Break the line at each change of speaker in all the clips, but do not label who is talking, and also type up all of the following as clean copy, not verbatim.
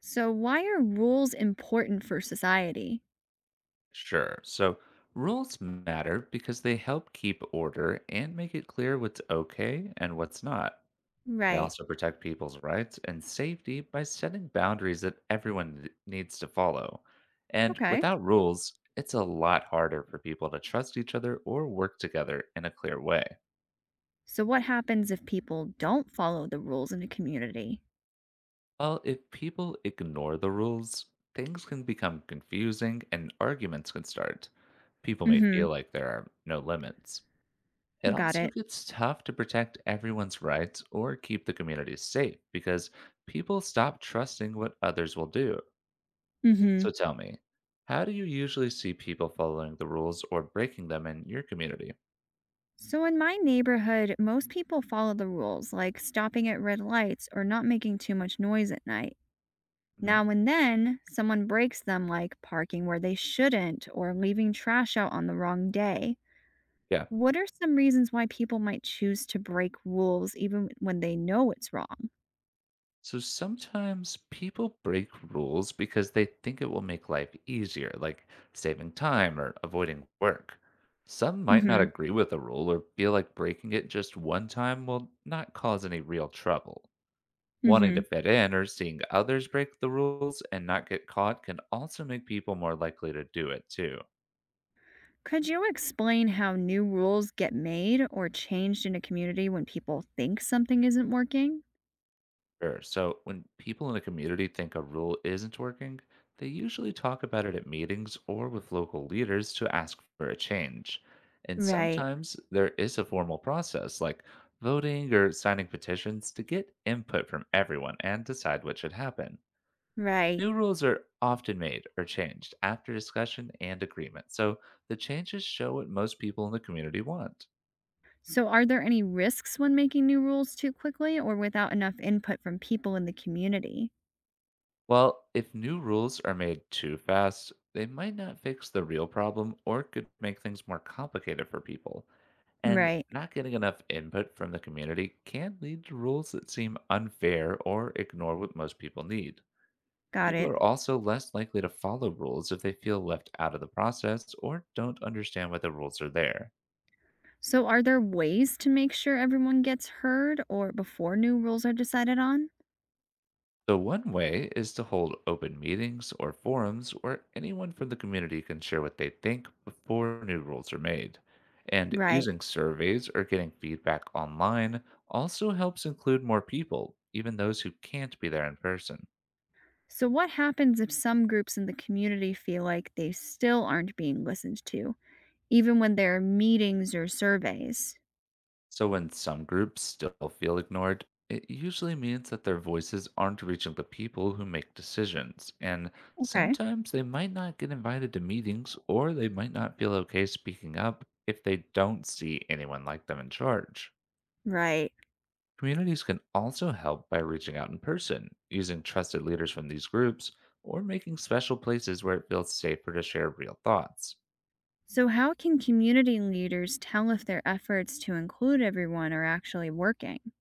So, why are rules important for society?
Sure. So rules matter because they help keep order and make it clear what's okay and what's not. They
Right.
also protect people's rights and safety by setting boundaries that everyone needs to follow. And
Okay.
without rules, it's a lot harder for people to trust each other or work together in a clear way.
So, what happens if people don't follow the rules in a community?
Well, if people ignore the rules, things can become confusing and arguments can start. People may
Mm-hmm.
feel like there are no limits. It
Got
also
it.
gets tough to protect everyone's rights or keep the community safe because people stop trusting what others will do.
Mm-hmm.
So tell me, how do you usually see people following the rules or breaking them in your community?
So, in my neighborhood, most people follow the rules, like stopping at red lights or not making too much noise at night.
Mhm.
Now and then, someone breaks them, like parking where they shouldn't or leaving trash out on the wrong day.
Yeah.
What are some reasons why people might choose to break rules even when they know it's wrong?
So sometimes people break rules because they think it will make life easier, like saving time or avoiding work. Some might not
Mm-hmm.
agree with a rule or feel like breaking it just one time will not cause any real trouble. Wanting to
Mhm.
fit in or seeing others break the rules and not get caught can also make people more likely to do it too.
Could you explain how new rules get made or changed in a community when people think something isn't working?
Sure. So when people in a community think a rule isn't working, they usually talk about it at meetings or with local leaders to ask for a change. And
Right.
sometimes there is a formal process like voting or signing petitions to get input from everyone and decide what should happen.
Right.
New rules are often made or changed after discussion and agreement, so the changes show what most people in the community want.
So are there any risks when making new rules too quickly or without enough input from people in the community?
Well, if new rules are made too fast, they might not fix the real problem or could make things more complicated for people. And
Right.
not getting enough input from the community can lead to rules that seem unfair or ignore what most people need.
Got
People
it.
are also less likely to follow rules if they feel left out of the process or don't understand why the rules are there.
So are there ways to make sure everyone gets heard or before new rules are decided on?
So, one way is to hold open meetings or forums where anyone from the community can share what they think before new rules are made. And
Right.
using surveys or getting feedback online also helps include more people, even those who can't be there in person.
So what happens if some groups in the community feel like they still aren't being listened to? Even when there are meetings or surveys.
So, when some groups still feel ignored, it usually means that their voices aren't reaching the people who make decisions, and
Okay.
sometimes they might not get invited to meetings or they might not feel okay speaking up if they don't see anyone like them in charge.
Right.
Communities can also help by reaching out in person, using trusted leaders from these groups, or making special places where it feels safer to share real thoughts.
So, how can community leaders tell if their efforts to include everyone are actually working?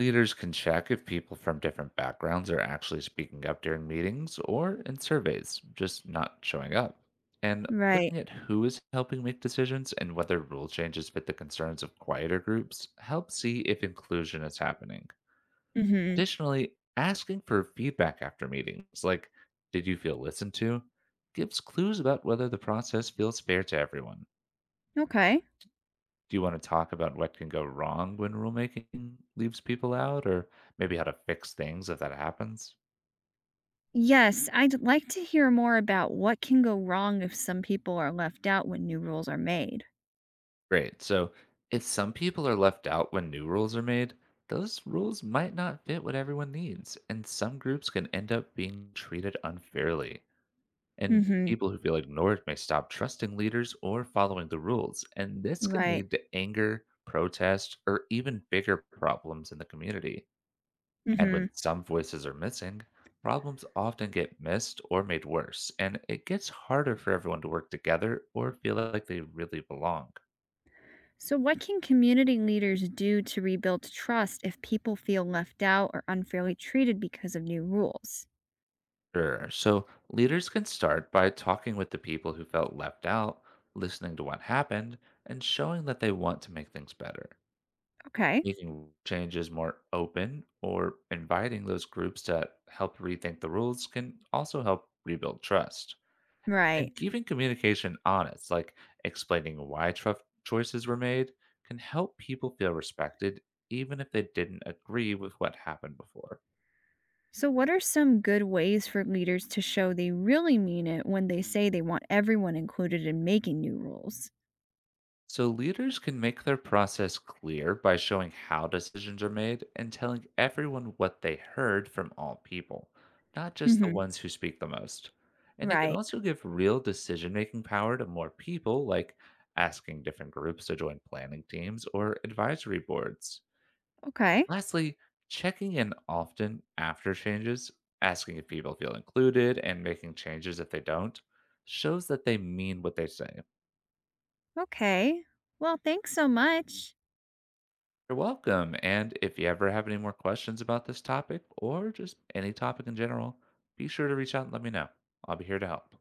Leaders can check if people from different backgrounds are actually speaking up during meetings or in surveys, just not showing up. And
Right.
looking at who is helping make decisions and whether rule changes fit the concerns of quieter groups helps see if inclusion is happening.
Hmm.
Additionally, asking for feedback after meetings, like, "Did you feel listened to," gives clues about whether the process feels fair to everyone.
Okay.
Do you wanna talk about what can go wrong when rulemaking leaves people out, or maybe how to fix things if that happens?
Yes, I'd like to hear more about what can go wrong if some people are left out when new rules are made.
Great. So, if some people are left out when new rules are made, those rules might not fit what everyone needs, and some groups can end up being treated unfairly. And
Hmm.
people who feel ignored may stop trusting leaders or following the rules, and this can
Right.
lead to anger, protest, or even bigger problems in the community. And when
Hmm.
some voices are missing, problems often get missed or made worse, and it gets harder for everyone to work together or feel like they really belong.
So, what can community leaders do to rebuild trust if people feel left out or unfairly treated because of new rules?
Sure. So leaders can start by talking with the people who felt left out, listening to what happened, and showing that they want to make things better.
Okay.
Making changes more open or inviting those groups to help rethink the rules can also help rebuild trust.
Right.
And keeping communication honest, like explaining why tough choices were made, can help people feel respected even if they didn't agree with what happened before.
So, what are some good ways for leaders to show they really mean it when they say they want everyone included in making new rules?
So, leaders can make their process clear by showing how decisions are made and telling everyone what they heard from all people, not just the
Hmm.
ones who speak the most. And it can
Right.
also give real decision making power to more people, like asking different groups to join planning teams or advisory boards.
Okay.
Lastly, checking in often after changes, asking if people feel included, and making changes if they don't, shows that they mean what they say.
Okay. Well, thanks so much.
You're welcome. And if you ever have any more questions about this topic or just any topic in general, be sure to reach out and let me know. I'll be here to help.